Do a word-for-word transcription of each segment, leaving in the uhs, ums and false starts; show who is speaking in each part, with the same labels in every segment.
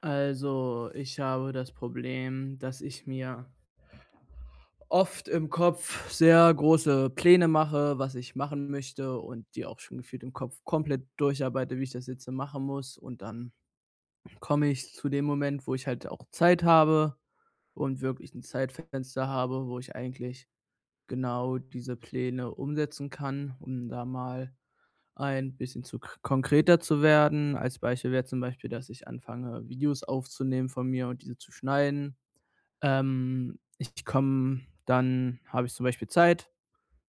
Speaker 1: Also, ich habe das Problem, dass ich mir oft im Kopf sehr große Pläne mache, was ich machen möchte und die auch schon gefühlt im Kopf komplett durcharbeite, wie ich das jetzt machen muss. Und dann komme ich zu dem Moment, wo ich halt auch Zeit habe und wirklich ein Zeitfenster habe, wo ich eigentlich genau diese Pläne umsetzen kann, um da mal ein bisschen zu k- konkreter zu werden. Als Beispiel wäre zum Beispiel, dass ich anfange, Videos aufzunehmen von mir und diese zu schneiden. Ähm, ich komme dann habe ich zum Beispiel Zeit,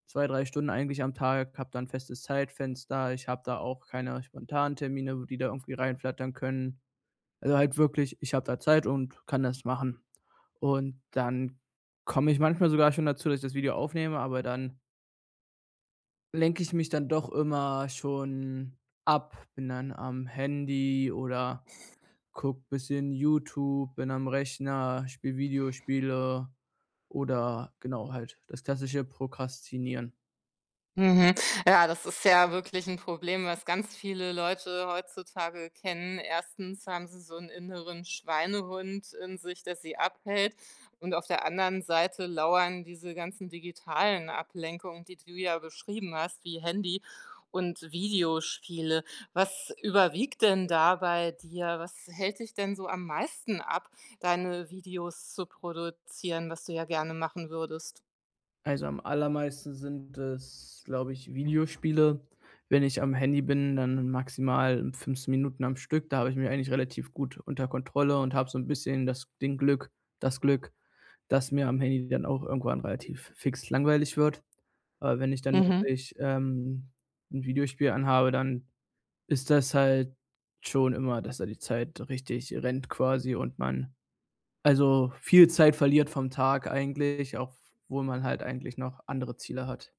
Speaker 1: zwei drei Stunden eigentlich am Tag, habe dann festes Zeitfenster. Ich habe da auch keine spontanen Termine, wo die da irgendwie reinflattern können. Also, halt wirklich, ich habe da Zeit und kann das machen. Und dann komme ich manchmal sogar schon dazu, dass ich das Video aufnehme, aber dann lenke ich mich dann doch immer schon ab, bin dann am Handy oder guck bisschen YouTube, bin am Rechner, spiele Videospiele. Oder genau, halt das klassische Prokrastinieren.
Speaker 2: Mhm. Ja, das ist ja wirklich ein Problem, was ganz viele Leute heutzutage kennen. Erstens haben sie so einen inneren Schweinehund in sich, der sie abhält, und auf der anderen Seite lauern diese ganzen digitalen Ablenkungen, die du ja beschrieben hast, wie Handy und Videospiele. Was überwiegt denn da bei dir? Was hält dich denn so am meisten ab, deine Videos zu produzieren, was du ja gerne machen würdest?
Speaker 1: Also, am allermeisten sind es, glaube ich, Videospiele. Wenn ich am Handy bin, dann maximal fünfzehn Minuten am Stück. Da habe ich mich eigentlich relativ gut unter Kontrolle und habe so ein bisschen das den Glück das Glück, dass mir am Handy dann auch irgendwann relativ fix langweilig wird. Aber wenn ich dann
Speaker 2: Mhm.
Speaker 1: wirklich, ähm, 'n Videospiel anhabe, dann ist das halt schon immer, dass da die Zeit richtig rennt quasi und man. Also, viel Zeit verliert vom Tag eigentlich, obwohl man halt eigentlich noch andere Ziele hat.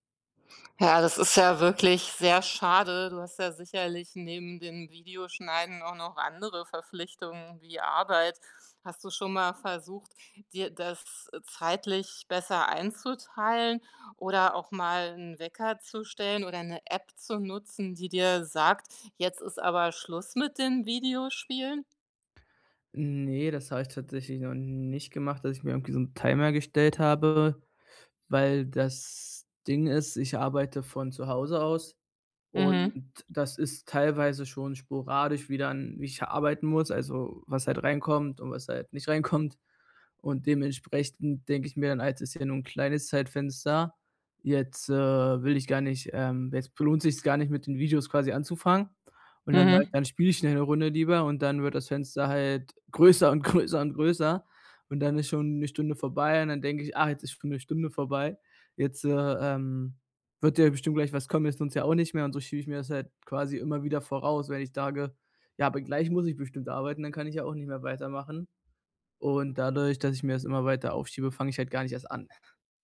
Speaker 2: Ja, das ist ja wirklich sehr schade. Du hast ja sicherlich neben dem Videoschneiden auch noch andere Verpflichtungen wie Arbeit. Hast du schon mal versucht, dir das zeitlich besser einzuteilen oder auch mal einen Wecker zu stellen oder eine App zu nutzen, die dir sagt: „Jetzt ist aber Schluss mit den Videospielen“?
Speaker 1: Ne, das habe ich tatsächlich noch nicht gemacht, dass ich mir irgendwie so 'n Timer gestellt habe, weil das Ding ist, ich arbeite von zu Hause aus. Und
Speaker 2: Mhm,
Speaker 1: das ist teilweise schon sporadisch, wie dann wie ich arbeiten muss, also was halt reinkommt und was halt nicht reinkommt. Und dementsprechend denke ich mir dann: „Ah, ist ja nur ein kleines Zeitfenster. Jetzt, äh, will ich gar nicht ähm, jetzt lohnt sich's gar nicht, mit den Videos quasi anzufangen.“ Und dann sage ich:
Speaker 2: mhm.
Speaker 1: „Dann spiele ich schnell 'ne Runde lieber.“ Und dann wird das Fenster halt größer und größer und größer. Und dann ist schon eine Stunde vorbei und dann denke ich: „Ah, jetzt ist schon eine Stunde vorbei. Jetzt, äh, ähm, wird ja bestimmt gleich was kommen, ist uns ja auch nicht mehr und so schiebe ich mir das halt quasi immer wieder voraus, wenn ich sage: „Ja, aber gleich muss ich bestimmt arbeiten, dann kann ich ja auch nicht mehr weitermachen.“ Und dadurch, dass ich mir das immer weiter aufschiebe, fange ich halt gar nicht erst an.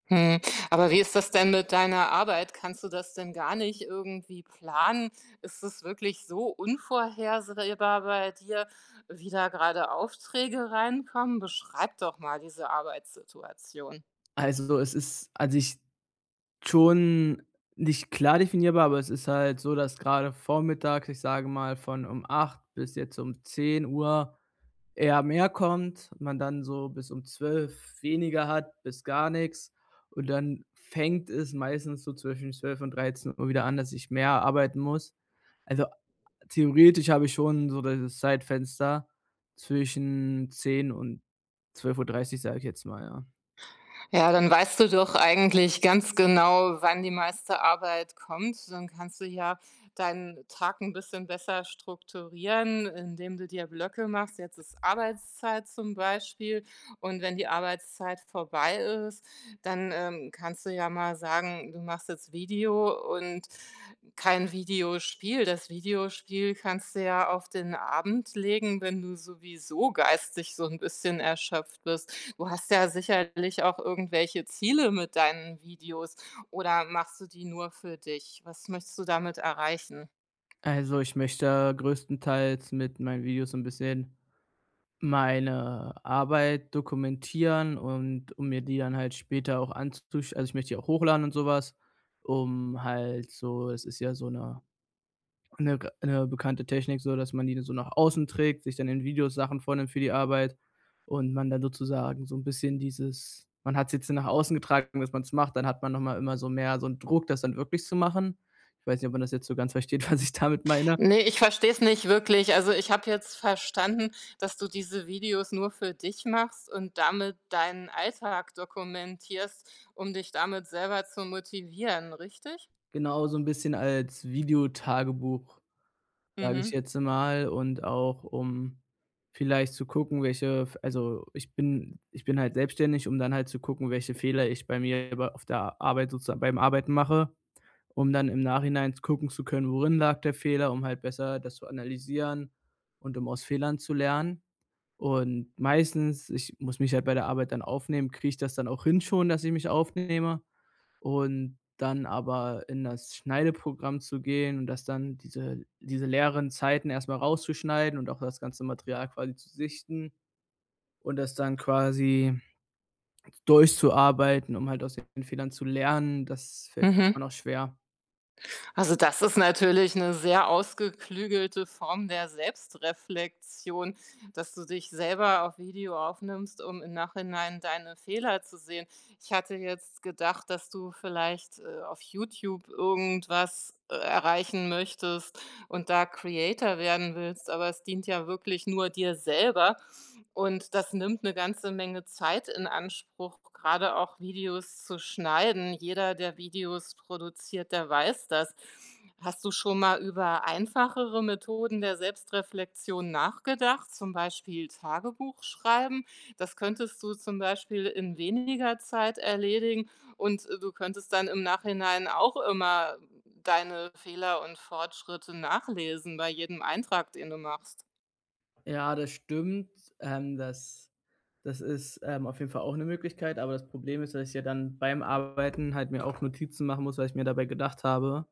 Speaker 2: Hm, aber wie ist das denn mit deiner Arbeit? Kannst du das denn gar nicht irgendwie planen? Ist es wirklich so unvorhersehbar bei dir, wie da gerade Aufträge reinkommen? Beschreib doch mal diese Arbeitssituation.
Speaker 1: Also, es ist an sich schon nicht klar definierbar, aber es ist halt so, dass gerade vormittags, ich sage mal, von um acht bis jetzt um zehn Uhr eher mehr kommt, man dann so bis um zwölf weniger hat, bis gar nichts. Und dann fängt es meistens so zwischen zwölf und dreizehn Uhr wieder an, dass ich mehr arbeiten muss. Also, theoretisch habe ich schon so das Zeitfenster zwischen zehn und zwölf Uhr dreißig, sage ich jetzt mal, ja.
Speaker 2: Ja, dann weißt du doch eigentlich ganz genau, wann die meiste Arbeit kommt. Dann kannst du ja deinen Tag ein bisschen besser strukturieren, indem du dir Blöcke machst. Jetzt ist Arbeitszeit zum Beispiel, und wenn die Arbeitszeit vorbei ist, dann ähm, kannst du ja mal sagen, du machst jetzt Video und kein Videospiel. Das Videospiel kannst du ja auf den Abend legen, wenn du sowieso geistig so ein bisschen erschöpft bist. Du hast ja sicherlich auch irgendwelche Ziele mit deinen Videos, oder machst du die nur für dich? Was möchtest du damit erreichen?
Speaker 1: Also, ich möchte größtenteils mit meinen Videos so 'n bisschen meine Arbeit dokumentieren und um mir die dann halt später auch anzusch also, ich möchte die auch hochladen und sowas, um halt so, es ist ja so eine eine g 'ne bekannte Technik so, dass man die so nach außen trägt, sich dann in Videos Sachen vornimmt für die Arbeit und man dann sozusagen so ein bisschen dieses, man hat hat's jetzt nach außen getragen, dass man es macht, dann hat man noch mal immer so mehr so einen Druck, das dann wirklich zu machen. Ich weiß nicht, ob man das jetzt so ganz versteht, was ich damit meine.
Speaker 2: Ne, ich verstehe es nicht wirklich. Also, ich habe jetzt verstanden, dass du diese Videos nur für dich machst und damit deinen Alltag dokumentierst, um dich damit selber zu motivieren, richtig?
Speaker 1: Genau, so 'n bisschen als Videotagebuch, sage ich
Speaker 2: Mhm.
Speaker 1: jetzt mal, und auch, um vielleicht zu gucken, welche f also, ich bin ich bin halt selbstständig, um dann halt zu gucken, welche Fehler ich bei mir bei auf der Arbeit sozusagen beim Arbeiten mache, um dann im Nachhinein gucken zu können, worin lag der Fehler, um halt besser das zu analysieren und um aus Fehlern zu lernen. Und meistens, ich muss mich halt bei der Arbeit dann aufnehmen, kriege ich das dann auch hin schon, dass ich mich aufnehme und dann aber in das Schneideprogramm zu gehen und das dann diese diese leeren Zeiten erstmal rauszuschneiden und auch das ganze Material quasi zu sichten und das dann quasi durchzuarbeiten, um halt aus den Fehlern zu lernen, das fällt mir
Speaker 2: Mhm.
Speaker 1: immer noch schwer.
Speaker 2: Also, das ist natürlich eine sehr ausgeklügelte Form der Selbstreflexion, dass du dich selber auf Video aufnimmst, um im Nachhinein deine Fehler zu sehen. Ich hatte jetzt gedacht, dass du vielleicht äh, auf YouTube irgendwas äh, erreichen möchtest und da Creator werden willst, aber es dient ja wirklich nur dir selber. Und das nimmt eine ganze Menge Zeit in Anspruch, gerade auch Videos zu schneiden. Jeder, der Videos produziert, der weiß das. Hast du schon mal über einfachere Methoden der Selbstreflexion nachgedacht, zum Beispiel Tagebuch schreiben? Das könntest du zum Beispiel in weniger Zeit erledigen, und äh, du könntest dann im Nachhinein auch immer deine Fehler und Fortschritte nachlesen bei jedem Eintrag, den du machst.
Speaker 1: Ja, das stimmt. Ähm, das das ist, ähm, auf jeden Fall auch eine Möglichkeit, aber das Problem ist, dass ich ja dann beim Arbeiten halt mir auch Notizen machen muss, was ich mir dabei gedacht habe.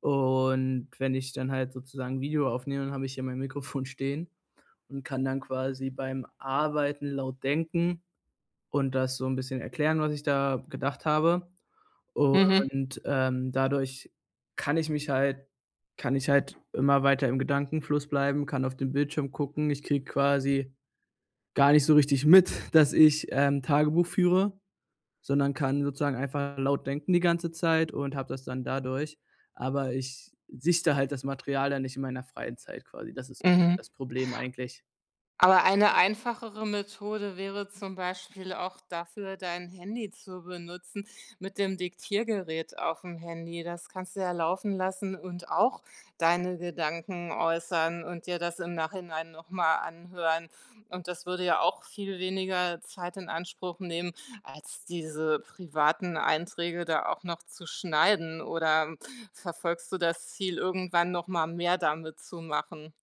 Speaker 1: Und wenn ich dann halt sozusagen Video aufnehme, dann habe ich hier mein Mikrofon stehen und kann dann quasi beim Arbeiten laut denken und das so 'n bisschen erklären, was ich da gedacht habe.
Speaker 2: Mhm,
Speaker 1: Und, ähm, dadurch kann ich mich halt kann ich halt immer weiter im Gedankenfluss bleiben, kann auf den Bildschirm gucken. Ich kriege quasi gar nicht so richtig mit, dass ich, ähm, Tagebuch führe, sondern kann sozusagen einfach laut denken die ganze Zeit und habe das dann dadurch. Aber ich sichte halt das Material dann nicht in meiner freien Zeit quasi. Das ist
Speaker 2: mhm.
Speaker 1: das Problem eigentlich.
Speaker 2: Aber eine einfachere Methode wäre zum Beispiel auch dafür, dein Handy zu benutzen, mit dem Diktiergerät auf dem Handy. Das kannst du ja laufen lassen und auch deine Gedanken äußern und dir das im Nachhinein noch mal anhören. Und das würde ja auch viel weniger Zeit in Anspruch nehmen, als diese privaten Einträge da auch noch zu schneiden. Oder verfolgst du das Ziel, irgendwann noch mal mehr damit zu machen?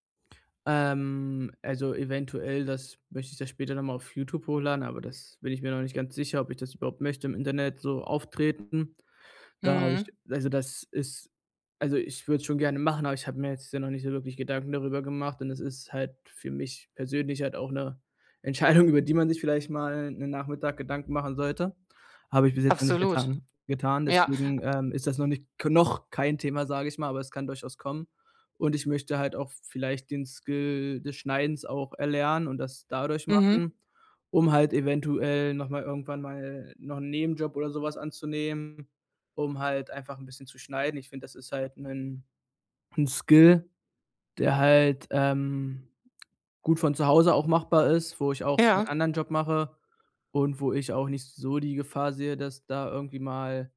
Speaker 1: Ähm, also eventuell, das möchte ich, das später nochmal auf YouTube hochladen, aber das bin ich mir noch nicht ganz sicher, ob ich das überhaupt möchte, im Internet so auftreten. Da habe ich
Speaker 2: Mhm.
Speaker 1: also, das ist Also, ich würde es schon gerne machen, aber ich habe mir jetzt ja noch nicht so wirklich Gedanken darüber gemacht und es ist halt für mich persönlich halt auch 'ne Entscheidung, über die man sich vielleicht mal 'nen Nachmittag Gedanken machen sollte. Habe ich bis jetzt noch nicht
Speaker 2: Absolut.
Speaker 1: getan getan,
Speaker 2: Ja.
Speaker 1: deswegen, ähm, ist das noch nicht k noch kein Thema, sage ich mal, aber es kann durchaus kommen. Und ich möchte halt auch vielleicht den Skill des Schneidens auch erlernen und das dadurch
Speaker 2: Mhm.
Speaker 1: machen, um halt eventuell noch mal irgendwann mal noch 'n Nebenjob oder so was anzunehmen, um halt einfach ein bisschen zu schneiden. Ich finde, das ist halt ein ein Skill, der halt, ähm, gut von zu Hause auch machbar ist, wo ich auch einen
Speaker 2: Ja.
Speaker 1: anderen Job mache und wo ich auch nicht so die Gefahr sehe, dass da irgendwie mal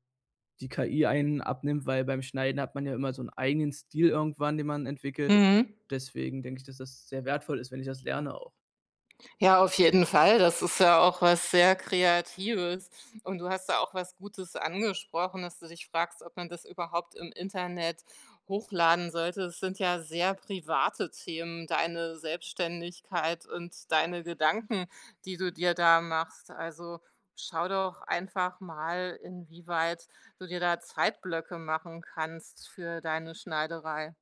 Speaker 1: die K I einen abnimmt, weil beim Schneiden hat man ja immer so einen eigenen Stil irgendwann, den man entwickelt.
Speaker 2: Mhm.
Speaker 1: Deswegen denke ich, dass das sehr wertvoll ist, wenn ich das lerne auch.
Speaker 2: Ja, auf jeden Fall. Das ist ja auch was sehr Kreatives. Und du hast da auch was Gutes angesprochen, dass du dich fragst, ob man das überhaupt im Internet hochladen sollte. Es sind ja sehr private Themen, deine Selbstständigkeit und deine Gedanken, die du dir da machst. Also schau doch einfach mal, inwieweit du dir da Zeitblöcke machen kannst für deine Schneiderei.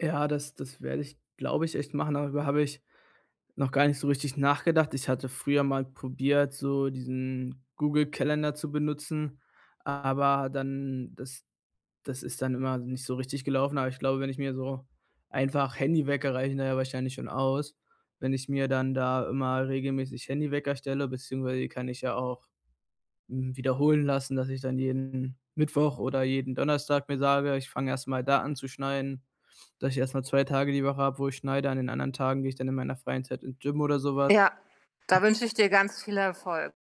Speaker 1: Ja, das das werde ich, glaube ich, echt machen. Darüber habe ich noch gar nicht so richtig nachgedacht. Ich hatte früher mal probiert, so diesen Google-Kalender zu benutzen, aber dann das das ist dann immer nicht so richtig gelaufen. Aber ich glaube, wenn ich mir so einfach Handywecker, reichen da ja wahrscheinlich schon aus. Wenn ich mir dann da immer regelmäßig Handywecker stelle, beziehungsweise die kann ich ja auch, hm, wiederholen lassen, dass ich dann jeden Mittwoch oder jeden Donnerstag mir sage: „Ich fange erst mal da an zu schneiden“, dass ich erst mal zwei Tage die Woche habe, wo ich schneide. An den anderen Tagen gehe ich dann in meiner freien Zeit ins Gym oder sowas.
Speaker 2: Ja, da wünsche ich dir ganz viel Erfolg.